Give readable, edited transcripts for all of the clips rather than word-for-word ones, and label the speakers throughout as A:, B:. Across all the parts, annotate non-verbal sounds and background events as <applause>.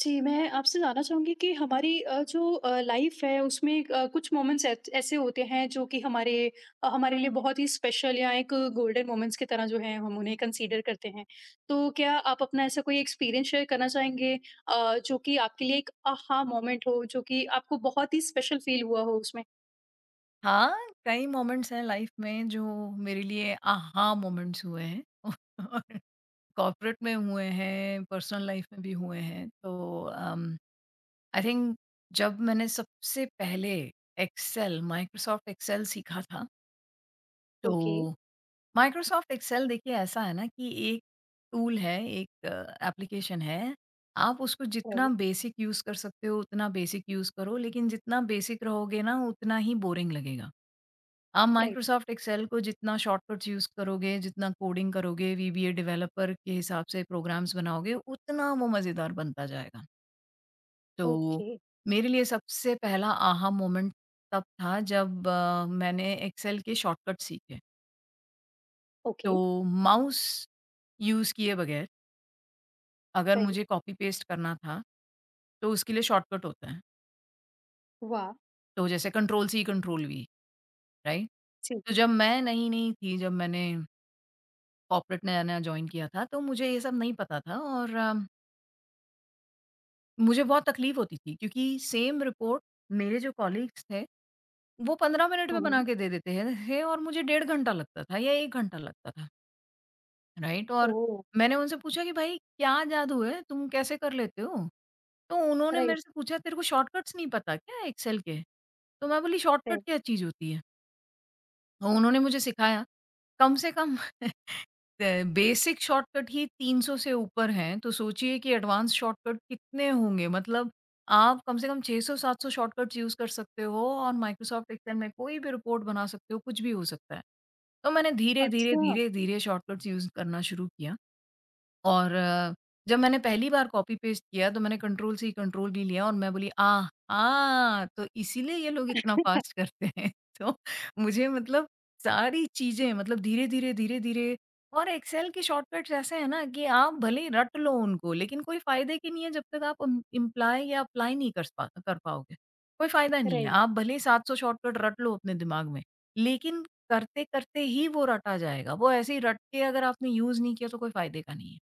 A: जी, मैं आपसे जानना चाहूँगी कि हमारी जो लाइफ है उसमें कुछ मोमेंट्स ऐत ऐसे होते हैं जो कि हमारे हमारे लिए बहुत ही स्पेशल या एक गोल्डन मोमेंट्स की तरह जो है हम उन्हें कंसीडर करते हैं। तो क्या आप अपना ऐसा कोई एक्सपीरियंस शेयर करना चाहेंगे जो कि आपके लिए एक आहा मोमेंट हो, जो कि आपको बहुत ही स्पेशल फील हुआ हो उसमें?
B: हाँ, कई मोमेंट्स हैं लाइफ में जो मेरे लिए आहा मोमेंट्स हुए हैं <laughs> और कॉर्पोरेट में हुए हैं, पर्सनल लाइफ में भी हुए हैं। तो आई थिंक जब मैंने सबसे पहले एक्सेल, माइक्रोसॉफ्ट एक्सेल सीखा था,
A: ओके,
B: तो माइक्रोसॉफ्ट एक्सेल देखिए ऐसा है ना कि एक टूल है, एक एप्लीकेशन है। आप उसको जितना
A: राइट,
B: बेसिक यूज़ कर सकते हो, उतना बेसिक यूज़ करो, लेकिन जितना बेसिक रहोगे ना, उतना ही बोरिंग लगेगा। आप
A: राइट,
B: माइक्रोसॉफ्ट एक्सेल को जितना शॉर्टकट्स यूज़ करोगे, जितना कोडिंग करोगे, वीबीए डेवलपर के हिसाब से प्रोग्राम्स बनाओगे, उतना वो मज़ेदार बनता जाएगा। तो
A: ओके,
B: मेरे लिए सबसे पहला आहा मोमेंट तब था जब मैंने एक्सेल के शॉर्टकट सीखे।
A: ओके,
B: तो माउस यूज़ किए बगैर अगर
A: राइट,
B: मुझे कॉपी पेस्ट करना था, तो उसके लिए शॉर्टकट होता है।
A: वाह!
B: तो जैसे कंट्रोल-सी, कंट्रोल-वी, राइट?
A: जी,
B: तो जब मैं नई-नई थी, जब मैंने कॉर्पोरेट नया-नया जॉइन किया था, तो मुझे ये सब नहीं पता था और मुझे बहुत तकलीफ़ होती थी क्योंकि सेम रिपोर्ट मेरे जो कॉलीग्स थे, वो 15 मिनट
A: हुँ,
B: में
A: हुँ,
B: बना के दे देते हैं थे और मुझे डेढ़ घंटा लगता था या 1 घंटा लगता था, राइट? और
A: ओह!
B: मैंने उनसे पूछा कि भाई क्या जादू है? तुम कैसे कर लेते हो? तो उन्होंने
A: राइट,
B: मेरे से पूछा, तेरे को शॉर्टकट्स नहीं पता क्या एक्सेल के? तो मैं बोली, शॉर्टकट
A: राइट,
B: क्या चीज़ होती है? तो उन्होंने मुझे सिखाया, कम से कम <laughs> बेसिक शॉर्टकट ही 300 से ऊपर हैं, तो सोचिए कि एडवांस शॉर्टकट कितने होंगे। मतलब आप कम से कम 600-700 शॉर्टकट्स यूज़ कर सकते हो और माइक्रोसॉफ्ट एक्सेल में कोई भी रिपोर्ट बना सकते हो, कुछ भी हो सकता है। तो मैंने धीरे-धीरे,
A: अच्छा,
B: धीरे-धीरे शॉर्टकट्स यूज़ करना शुरू किया। और जब मैंने पहली बार कॉपी पेस्ट किया तो मैंने कंट्रोल से ही कंट्रोल भी लिया और मैं बोली, आह! आह! तो इसीलिए ये लोग इतना फास्ट करते हैं। <laughs> तो मुझे मतलब सारी चीज़ें मतलब धीरे-धीरे, धीरे-धीरे। और एक्सेल के शॉर्टकट्स ऐसे हैं ना कि आप भले ही रट लो उनको, लेकिन कोई फ़ायदे की नहीं है जब तक आप इम इम्प्लाय या अप्लाई नहीं कर पाओगे। कोई फ़ायदा नहीं है।
A: राइट।
B: आप भले ही 700 शॉर्टकट रट लो अपने दिमाग में, लेकिन करते-करते ही वो रटा जाएगा। वो ऐसे ही रट के अगर आपने यूज़ नहीं किया तो कोई फ़ायदे का नहीं है।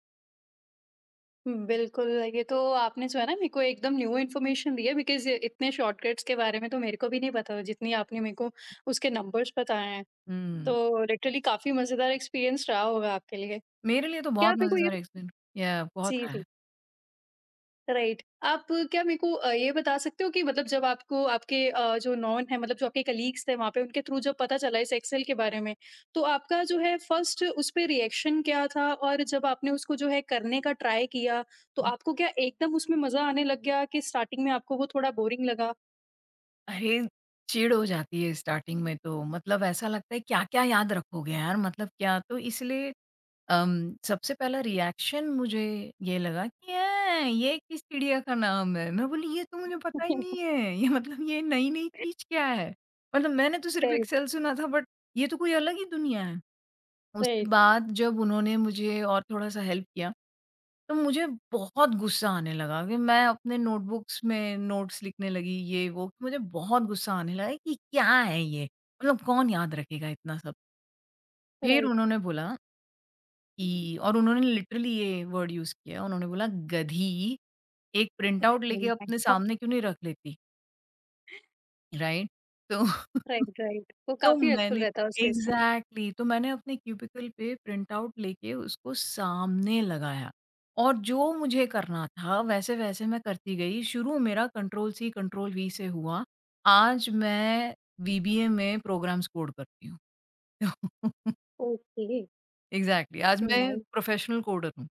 A: बिल्कुल, ये तो आपने जो है ना मेरे को एकदम न्यू इन्फॉर्मेशन दी है बिकॉज़ इतने शॉर्टकट्स के बारे में तो मेरे को भी नहीं पता था जितनी आपने मेरे को उसके नंबर्स बताए हैं।
B: हुँ,
A: तो लिटरली काफ़ी मज़ेदार एक्सपीरियंस रहा होगा आपके लिए।
B: मेरे लिए तो
A: क्या
B: बहुत
A: आप मेरे को ये
B: मज़ेदार एक्सपीरियंस या बहुत
A: जी,
B: रहा
A: जी।
B: है।
A: राइट। आप क्या मेरे को ये बता सकते हो कि मतलब जब आपको आपके जो नॉन है मतलब जो आपके कलीग्स थे वहाँ पे उनके थ्रू जब पता चला इस एक्सेल के बारे में, तो आपका जो है फर्स्ट उस पे रिएक्शन क्या था? और जब आपने उसको जो है करने का ट्राई किया, तो
B: हुँ,
A: आपको क्या एकदम उसमें मज़ा आने लग गया कि स्टार्टिंग में आपको वो थोड़ा बोरिंग लगा?
B: अरे! चिढ़ हो जाती है स्टार्टिंग में तो। मतलब ऐसा लगता है क्या-क्या याद रखोगे यार, मतलब क्या। तो इसलिए सबसे पहला रिएक्शन मुझे ये लगा कि ऐ, ये किस चिड़िया का नाम है? मैं बोली, ये तो मुझे पता ही नहीं
A: <laughs>
B: है, <laughs> ये मतलब ये नई-नई चीज़ क्या है? मतलब मैंने तो सिर्फ़
A: राइट,
B: एक्सेल सुना था, बट ये तो कोई अलग ही दुनिया है। उसके
A: राइट,
B: बाद जब उन्होंने मुझे और थोड़ा-सा हेल्प किया, तो मुझे बहुत गुस्सा आने लगा कि मैं अपने नोटबुक्स में नोट्स लिखने लगी, ये वो। मुझे बहुत गुस्सा आने लगा कि क्या है ये? मतलब कौन याद रखेगा इतना सब? फिर
A: राइट।
B: उन्होंने बोला कि, और उन्होंने लिटरली ये वर्ड यूज़ किया, उन्होंने बोला, "गधी, एक प्रिंट
A: <laughs>
B: आउट लेके
A: राइट,
B: अपने सामने क्यों नहीं रख लेती?" राइट? तो <laughs>
A: राइट। राइट वो
B: तो
A: काफ़ी हेल्पफुल
B: मैंने
A: रहता है उस केस में।
B: एग्ज़ैक्टली, तो मैंने अपने क्यूबिकल पे प्रिंट आउट लेके उसको सामने लगाया और जो मुझे करना था वैसे-वैसे मैं करती गई। शुरू मेरा कंट्रोल सी कंट्रोल वी से हुआ। आज मैं बीबीए में प्रोग्राम्स कोड करती हूँ। <laughs>
A: ओके,
B: एग्ज़ैक्टली, आज मैं
A: नाइस।
B: प्रोफेशनल कोडर हूँ।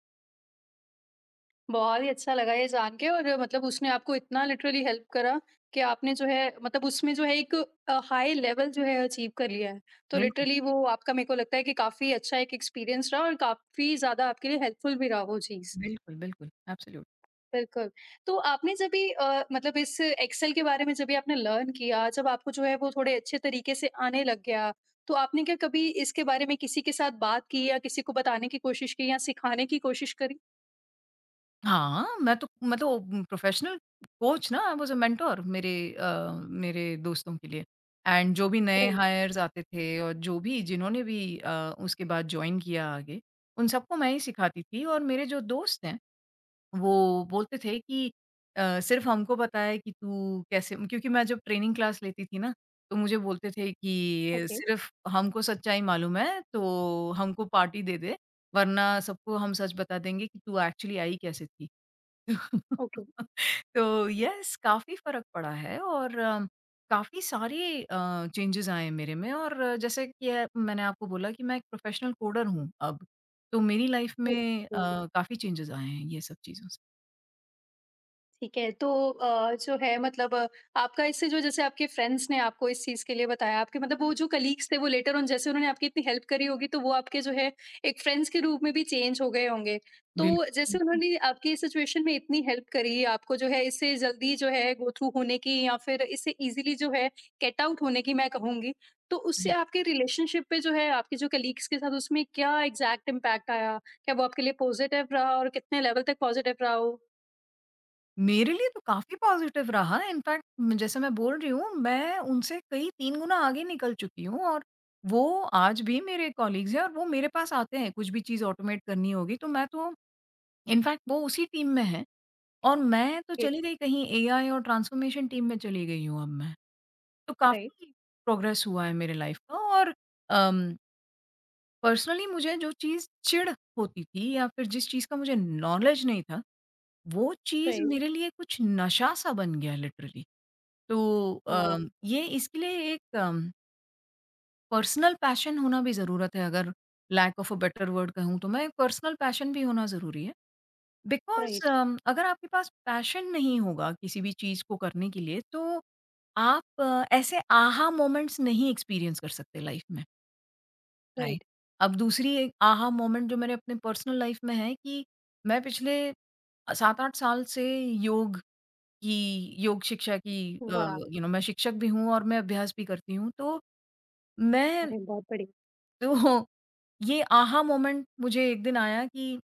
A: बहुत ही अच्छा लगा ये जान के और मतलब उसने आपको इतना लिटरली हेल्प करा कि आपने जो है मतलब उसमें जो है एक हाई लेवल जो है अचीव कर लिया है। तो
B: बिल्कुल,
A: लिटरली वो आपका मेरे को लगता है कि काफ़ी अच्छा एक एक्सपीरियंस रहा और काफ़ी ज़्यादा आपके लिए हेल्पफुल भी रहा वो चीज़।
B: बिल्कुल, बिल्कुल, एब्सोल्यूट।
A: बिल्कुल। तो आपने जब भी मतलब इस एक्सेल के बारे में जब भी आपने लर्न किया, जब आपको जो है वो थोड़े अच्छे तरीके से आने लग गया, तो आपने क्या कभी इसके बारे में किसी के साथ बात की या किसी को बताने की कोशिश की या सिखाने की कोशिश करी?
B: हाँ, मैं तो प्रोफेशनल कोच ना, आई वाज़ अ मेंटर मेरे दोस्तों के लिए एंड जो भी नए
A: राइट,
B: हायर्स आते थे और जो भी जिन्होंने भी उसके बाद जॉइन किया आगे, उन सबको मैं ही सिखाती थी। और मेरे जो दोस्त हैं, वो बोलते थे कि सिर्फ़ हमको पता है कि तू कैसे, क्योंकि मैं जब ट्रेनिंग क्लास लेती थी ना, तो मुझे बोलते थे कि
A: ओके,
B: सिर्फ़ हमको सच्चाई मालूम है, तो हमको पार्टी दे दे, वरना सबको हम सच बता देंगे कि तू एक्चुअली आई कैसे थी।
A: ओके,
B: <laughs> तो यस, काफ़ी फ़र्क पड़ा है और काफ़ी सारे चेंजेज़ आए हैं मेरे में। और जैसे कि मैंने आपको बोला कि मैं एक प्रोफ़ेशनल कोडर हूँ अब। तो मेरी लाइफ़ में
A: ओके।
B: काफ़ी चेंजेज़ आए हैं ये सब चीज़ों से।
A: ठीक है, तो जो है मतलब आपका इससे जो जैसे आपके फ्रेंड्स ने आपको इस चीज़ के लिए बताया, आपके मतलब वो
B: जी।
A: जो कलीग्स थे वो लेटर ऑन जैसे उन्होंने आपकी इतनी हेल्प करी होगी, तो वो आपके जो है एक फ्रेंड्स के रूप में भी चेंज हो गए होंगे।
B: बिल्कुल,
A: तो जैसे
B: बिल्कुल।
A: उन्होंने आपकी इस सिचुएशन में इतनी हेल्प करी, आपको जो है इससे जल्दी जो है गो थ्रू होने की या फिर इससे ईज़िली जो है गेट आउट होने की मैं कहूँगी। तो उससे
B: जी।
A: आपके रिलेशनशिप पे जो है आपके जो कलीग्स के साथ उसमें क्या एग्ज़ैक्ट इम्पैक्ट आया? क्या वो आपके लिए पॉज़िटिव रहा और कितने लेवल तक पॉज़िटिव रहा वो?
B: मेरे लिए तो काफ़ी पॉज़िटिव रहा। इनफ़ैक्ट जैसे मैं बोल रही हूँ, मैं उनसे कई 3 गुना आगे निकल चुकी हूँ और वो आज भी मेरे कॉलीग्स हैं और वो मेरे पास आते हैं, कुछ भी चीज़ ऑटोमेट करनी होगी तो मैं तो। इनफैक्ट वो उसी टीम में है और मैं तो
A: जी,
B: चली गई कहीं एआई और ट्रांसफॉर्मेशन टीम में चली गई हूँ अब मैं। तो
A: राइट।
B: काफ़ी प्रोग्रेस हुआ है मेरे लाइफ़ का। और अम, पर्सनली मुझे जो चीज़ चिढ़ होती थी या फिर जिस चीज़ का मुझे नॉलेज नहीं था, वो चीज़
A: राइट,
B: मेरे लिए कुछ नशा सा बन गया लिटरली। तो
A: वाह!
B: ये इसके लिए एक पर्सनल पैशन होना भी ज़रूरत है। अगर lack of a better word कहूँ तो मैं, पर्सनल पैशन भी होना ज़रूरी है। बिकॉज़
A: राइट,
B: अगर आपके पास पैशन नहीं होगा किसी भी चीज़ को करने के लिए, तो आप ऐसे आहा मोमेंट्स नहीं एक्सपीरियंस कर सकते लाइफ में, राइट?
A: राइट,
B: अब दूसरी एक आहा मोमेंट जो मेरे अपने पर्सनल लाइफ में है कि मैं पिछले 7-8 साल से योग की योग शिक्षा की,
A: वाह!
B: यू नो मैं शिक्षक भी हूँ और मैं अभ्यास भी करती हूँ। तो मैं
A: अरे बहुत बढ़िया,
B: तो ये आहा मोमेंट मुझे एक दिन आया कि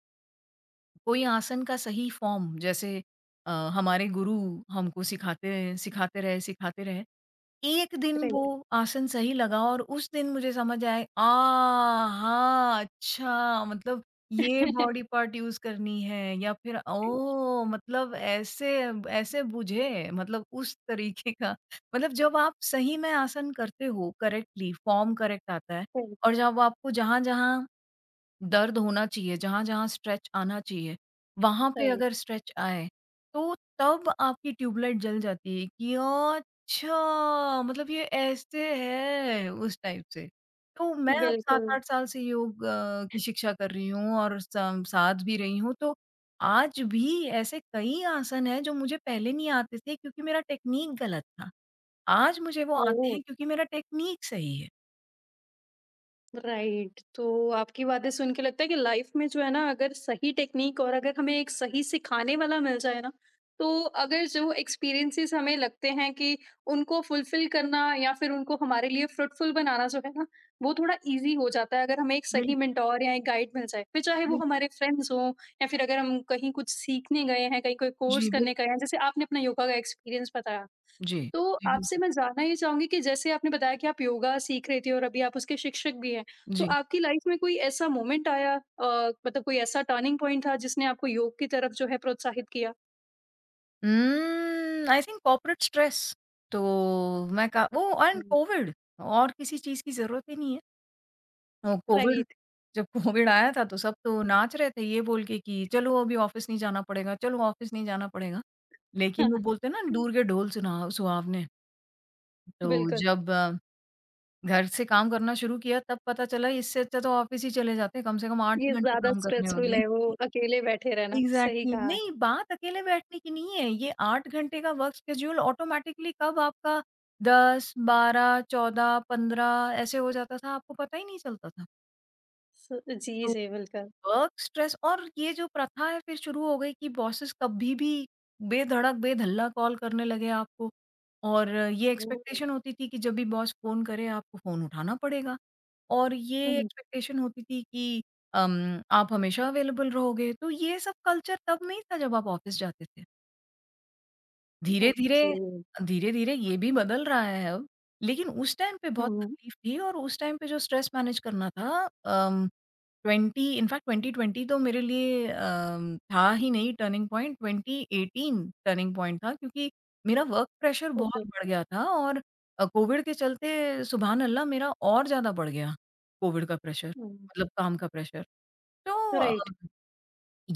B: कोई आसन का सही फॉर्म, जैसे हमारे गुरु हमको सिखाते रहे, सिखाते रहे, सिखाते रहे। एक दिन वो
A: राइट,
B: आसन सही लगा और उस दिन मुझे समझ आए आ हा, अच्छा, मतलब ये बॉडी
A: <laughs>
B: पार्ट यूज़ करनी है या फिर ओह! मतलब ऐसे ऐसे बुझे, मतलब उस तरीके का। मतलब जब आप सही में आसन करते हो, करेक्टली फॉर्म करेक्ट आता है
A: राइट,
B: और जब आपको जहाँ-जहाँ दर्द होना चाहिए, जहाँ-जहाँ स्ट्रेच आना चाहिए, वहाँ पे
A: राइट,
B: अगर स्ट्रेच आए, तो तब आपकी ट्यूबलाइट जल जाती है कि अच्छा! मतलब ये ऐसे है, उस टाइप से। तो मैं अब
A: बिल्कुल,
B: 7-8 साल से योग की शिक्षा कर रही हूँ और सम साथ भी रही हूँ, तो आज भी ऐसे कई आसन हैं जो मुझे पहले नहीं आते थे क्योंकि मेरा टेक्नीक गलत था। आज मुझे वो आते
A: ओह!
B: हैं क्योंकि मेरा टेक्नीक सही है।
A: राइट। तो आपकी बातें सुन के लगता है कि लाइफ में जो है ना अगर सही टेक्नीक और अगर हमें एक सही सिखाने वाला मिल जाए ना, तो अगर जो एक्सपीरियंसेस हमें लगते हैं कि उनको फुलफ़िल करना या फिर उनको हमारे लिए फ्रूटफुल बनाना जो है ना, वो थोड़ा ईज़ी हो जाता है अगर हमें एक सही
B: बिल्कुल,
A: मेंटर या एक गाइड मिल जाए। फिर चाहे वो
B: बिल्कुल।
A: हमारे फ्रेंड्स हों या फिर अगर हम कहीं कुछ सीखने गए हैं, कहीं कोई कोर्स
B: जी,
A: करने गए
B: बिल्कुल।
A: हैं, जैसे आपने अपना योगा का एक्सपीरियंस बताया।
B: जी।
A: तो
B: जी,
A: आपसे
B: बिल्कुल।
A: मैं जानना ये चाहूँगी कि जैसे आपने बताया कि आप योगा सीख रही थी और अभी आप उसके शिक्षक भी हैं। तो
B: जी।
A: आपकी लाइफ़ में कोई ऐसा मोमेंट आया मतलब कोई ऐसा टर्निंग पॉइंट था जिसने आपको योग की तरफ जो है प्रोत्साहित किया?
B: I think corporate stress. तो मैं का वो एंड
A: हुँ।
B: कोविड, और किसी चीज़ की ज़रूरत ही नहीं है। Covid,
A: right.
B: जब कोविड आया था तो सब तो नाच रहे थे ये बोल के कि चलो अभी ऑफ़िस नहीं जाना पड़ेगा, चलो ऑफ़िस नहीं जाना पड़ेगा। लेकिन वो बोलते हैं ना, दूर
A: <laughs>
B: के ढोल सुना सुहावने। तो
A: बिल्कुल,
B: जब घर से काम करना शुरू किया, तब पता चला इससे अच्छा तो ऑफ़िस ही चले जाते, कम से कम 8
A: ये
B: ही घंटे
A: ज़्यादा
B: काम करने
A: स्ट्रेसफुल
B: होते।
A: है वो अकेले बैठे रहना, सही
B: एग्ज़ैक्टली,
A: कहा।
B: नहीं बात अकेले बैठने की नहीं है, ये 8 घंटे का वर्क शेड्यूल ऑटोमैटिकली कब आपका 10, 12, 14, 15 ऐसे हो जाता था, आपको पता ही नहीं चलता था।
A: स जी,
B: तो
A: जी, बिल्कुल।
B: वर्क स्ट्रेस, और ये जो प्रथा है फिर शुरू हो गई कि बॉसेस कभी भी बेधड़क, बेधल्ला कॉल करने लगे आपको, और ये
A: हुँ।
B: एक्सपेक्टेशन होती थी कि जब भी बॉस फ़ोन करे आपको फ़ोन उठाना पड़ेगा, और ये
A: हुँ।
B: एक्सपेक्टेशन होती थी कि आप हमेशा अवेलेबल रहोगे, तो ये सब कल्चर तब नहीं था जब आप ऑफ़िस जाते थे। धीरे-धीरे,
A: ओके।
B: धीरे-धीरे ये भी बदल रहा है अब, लेकिन उस टाइम पे बहुत
A: हुँ,
B: तकलीफ थी, और उस टाइम पे जो स्ट्रेस मैनेज करना था, अम, 20 इनफैक्ट 2020 तो मेरे लिए था ही नहीं, टर्निंग पॉइंट 2018 टर्निंग पॉइंट था, क्योंकि मेरा वर्क प्रेशर
A: ओके।
B: बहुत बढ़ गया था और कोविड के चलते सुबहान अल्लाह मेरा और ज़्यादा बढ़ गया, कोविड का प्रेशर
A: हुँ।
B: मतलब काम का प्रेशर। तो
A: राइट,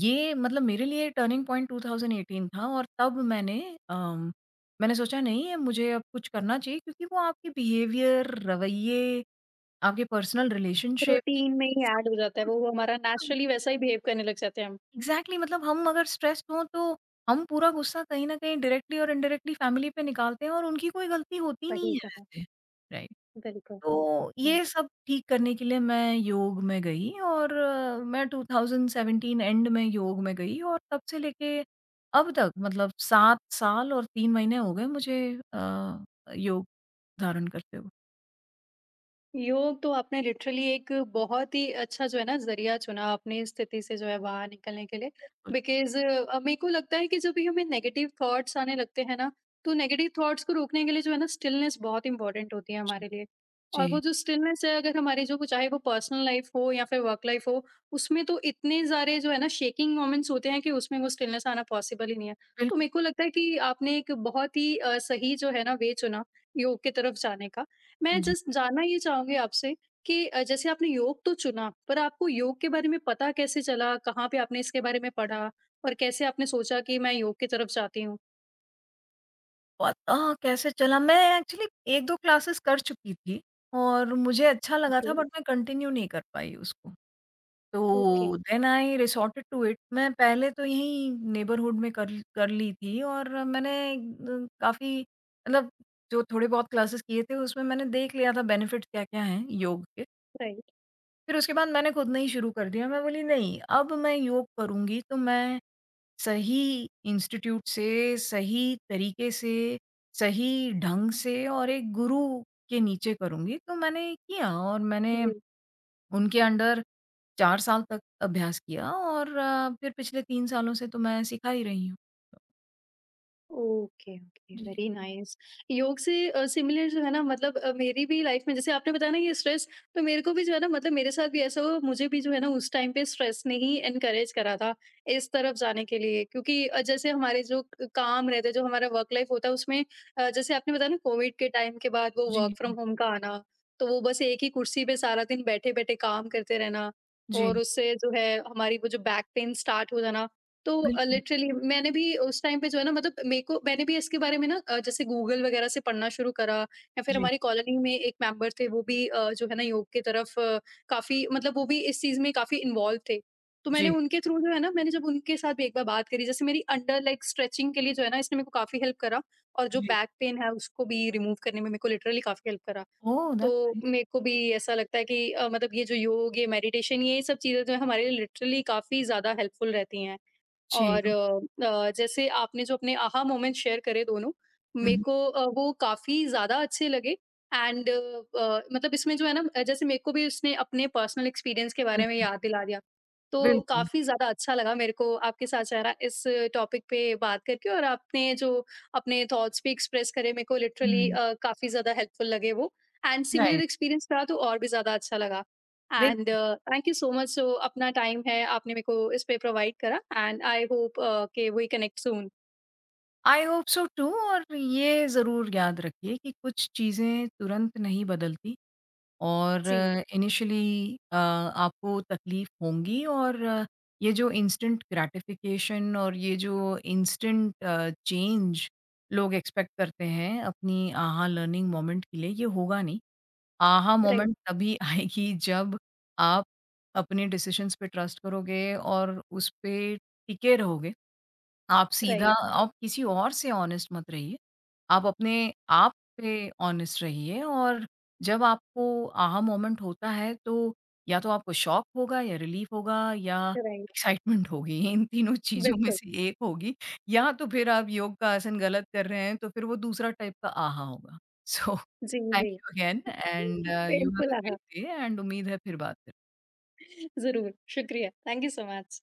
B: ये मतलब मेरे लिए टर्निंग पॉइंट 2018 था और तब मैंने अम, मैंने सोचा नहीं है मुझे अब कुछ करना चाहिए, क्योंकि वो आपके बिहेवियर, रवैये, आपके पर्सनल रिलेशनशिप्स,
A: रूटीन में ही
B: सब
A: ऐड हो जाता है
B: कुछ,
A: वो हमारा नेचुरली वैसा ही बिहेव करने लग जाते हैं हम।
B: एग्ज़ैक्टली। मतलब हम अगर स्ट्रेस्ड हों तो हम पूरा गुस्सा कहीं न कहीं डायरेक्टली और इनडायरेक्टली फैमिली पे निकालते हैं और उनकी कोई गलती होती नहीं
A: सही
B: है
A: कहा।
B: वैसे। राइट।
A: बिल्कुल,
B: तो
A: हुँ।
B: ये सब ठीक करने के लिए मैं योग में गई और मैं 2017 एंड में योग में गई और तब से लेके अब तक मतलब 7 साल और 3 महीने हो गए मुझे अ, योग धारण करते हुए।
A: योग तो आपने लिटरली एक बहुत ही अच्छा जो है ना ज़रिया चुना अपनी स्थिति से जो है बाहर निकलने के लिए।
B: बिल्कुल,
A: बिकॉज़ मेरे को लगता है कि जब भी हमें नेगेटिव थॉट्स आने लगते हैं ना, तो नेगेटिव थॉट्स को रोकने के लिए जो है ना स्टिलनेस बहुत इम्पोर्टेंट होती है
B: जी,
A: हमारे लिए। और वो
B: जी,
A: जो स्टिलनेस है अगर हमारी जो चाहे वो पर्सनल लाइफ़ हो या फिर वर्क लाइफ़ हो, उसमें तो इतने सारे जो है ना शेकिंग मोमेंट्स होते हैं कि उसमें वो स्टिलनेस आना पॉसिबल ही नहीं है। तो
B: बिल्कुल,
A: मेरे को लगता है कि आपने एक बहुत ही सही जो है ना वे चुना योग की तरफ जाने का। मैं
B: जी।
A: जस्ट जानना ये चाहूँगी आपसे कि जैसे आपने योग तो चुना, पर आपको योग के बारे में पता कैसे चला? कहाँ पे आपने इसके बारे में पढ़ा? और कैसे आपने सोचा कि मैं योग की तरफ जाती हूँ?
B: पता कैसे चला, मैं एक्चुअली 1-2 क्लासेस कर चुकी थी और मुझे अच्छा लगा
A: ओके,
B: था, बट मैं कंटिन्यू नहीं कर पाई उसको।
A: ओके,
B: तो then I resorted to it. मैं पहले तो यहीं नेबरहुड में कर कर ली थी और मैंने काफ़ी मतलब जो थोड़े बहुत क्लासेस किए थे उसमें मैंने देख लिया था बेनिफिट्स क्या-क्या हैं योग के।
A: राइट,
B: फिर उसके बाद मैंने खुद ने ही शुरू कर दिया। मैं बोली नहीं, अब मैं योग करूँगी तो मैं सही इंस्टीट्यूट से, सही तरीके से, सही ढंग से और एक गुरु के नीचे करूँगी। तो मैंने किया और मैंने
A: जी।
B: उनके अंडर 4 साल तक अभ्यास किया और फिर पिछले 3 सालों से तो मैं सिखा ही रही हूँ।
A: ओके, ओके,
B: जी,
A: वेरी नाइस। योग से सिमिलर जो है ना मतलब मेरी भी लाइफ़ में जैसे आपने बताया ना ये स्ट्रेस तो मेरे को भी जो है ना मतलब मेरे साथ भी ऐसा हुआ मुझे भी जो है ना उस टाइम पे स्ट्रेस ने ही एनकरेज करा था इस तरफ जाने के लिए क्योंकि जैसे हमारे जो क काम रहते हैं, जो हमारा वर्क लाइफ़ होता है उसमें जैसे आपने बताया ना कोविड के टाइम के बाद वो वर्क
B: जी,
A: फ्रॉम होम का आना, तो वो बस एक ही कुर्सी पे सारा दिन बैठे-बैठे काम करते रहना और
B: जी,
A: उससे जो है हमारी वो जो बैक पेन स्टार्ट हो जाना तो
B: बिल्कुल।
A: लिटरली मैंने भी उस टाइम पे जो है ना मतलब मेरे को मैंने भी इसके बारे में ना जैसे गूगल वगैरह से पढ़ना शुरू करा या फिर
B: जी,
A: हमारी कॉलोनी में एक मेंबर थे वो भी जो है ना योग की तरफ काफी मतलब वो भी इस चीज में काफी इन्वॉल्व थे तो मैंने
B: जी,
A: उनके थ्रू जो है ना मैंने जब उनके साथ भी एक बार बात करी जैसे मेरी अंडर लाइक स्ट्रेचिंग के लिए जो है ना इसने मेरे को काफी हेल्प करा और जो
B: जी।
A: बैक पेन है उसको भी रिमूव करने में मेरे को लिटरली काफी हेल्प करा
B: ओह! दैट्स
A: तो
B: नाइस।
A: मेरे को भी ऐसा लगता है कि मतलब ये जो योग ये मेडिटेशन ये सब चीजें जो है हमारे लिए लिटरली काफी ज्यादा हेल्पफुल रहती हैं
B: जी,
A: और जैसे आपने जो अपने आहा मोमेंट्स शेयर करे दोनों, मेरे
B: हुँ,
A: को वो काफ़ी ज़्यादा अच्छे लगे एंड मतलब इसमें जो है ना जैसे मेरे को भी उसने अपने पर्सनल एक्सपीरियंस के बारे में
B: बिल्कुल,
A: याद दिला दिया। तो
B: बिल्कुल।
A: काफ़ी ज़्यादा अच्छा लगा मेरे को आपके साथ सारा इस टॉपिक पे बात करके और आपने जो अपने थॉट्स भी एक्सप्रेस करे मेरे को लिटरली
B: हुँ,
A: काफ़ी ज़्यादा हेल्पफुल लगे वो एंड सिमिलर
B: राइट।
A: एक्सपीरियंस रहा तो और भी ज़्यादा अच्छा लगा।
B: देख,
A: and thank you so much so अपना टाइम है आपने मेरे को इस पे प्रोवाइड करा एंड आई होप कि we connect soon
B: I hope so too और ये ज़रूर याद रखिए कि कुछ चीज़ें तुरंत नहीं बदलती। और
A: जी
B: इनिशियली आपको तकलीफ होंगी और ये जो इंस्टेंट ग्रैटिफिकेशन और ये जो इंस्टेंट चेंज लोग एक्सपेक्ट करते हैं अपनी आहा लर्निंग मोमेंट के लिए, ये होगा नहीं। आहा
A: राइट
B: मोमेंट तभी <laughs> आएगी जब आप अपने डिसीजंस पे ट्रस्ट करोगे और उस पे टिके रहोगे। आप सीधा
A: राइट
B: आप किसी और से ऑनेस्ट मत रहिए। आप अपने आप पे ऑनेस्ट रहिए और जब आपको आहा मोमेंट होता है तो या तो आपको शॉक होगा या रिलीफ होगा या
A: राइट
B: एक्साइटमेंट होगी। <laughs> इन तीनों चीज़ों में
A: बिल्कुल
B: से एक होगी, या तो फिर आप योग का आसन गलत कर रहे हैं तो फिर वो दूसरा टाइप का आहा होगा। <laughs> सो
A: जी
B: थैंक
A: जी
B: you again and
A: <laughs>
B: you have a
A: बिल्कुल हाँ
B: ग्रेट डे एंड उम्मीद है फिर बात करें।
A: जरूर शुक्रिया थैंक यू सो मच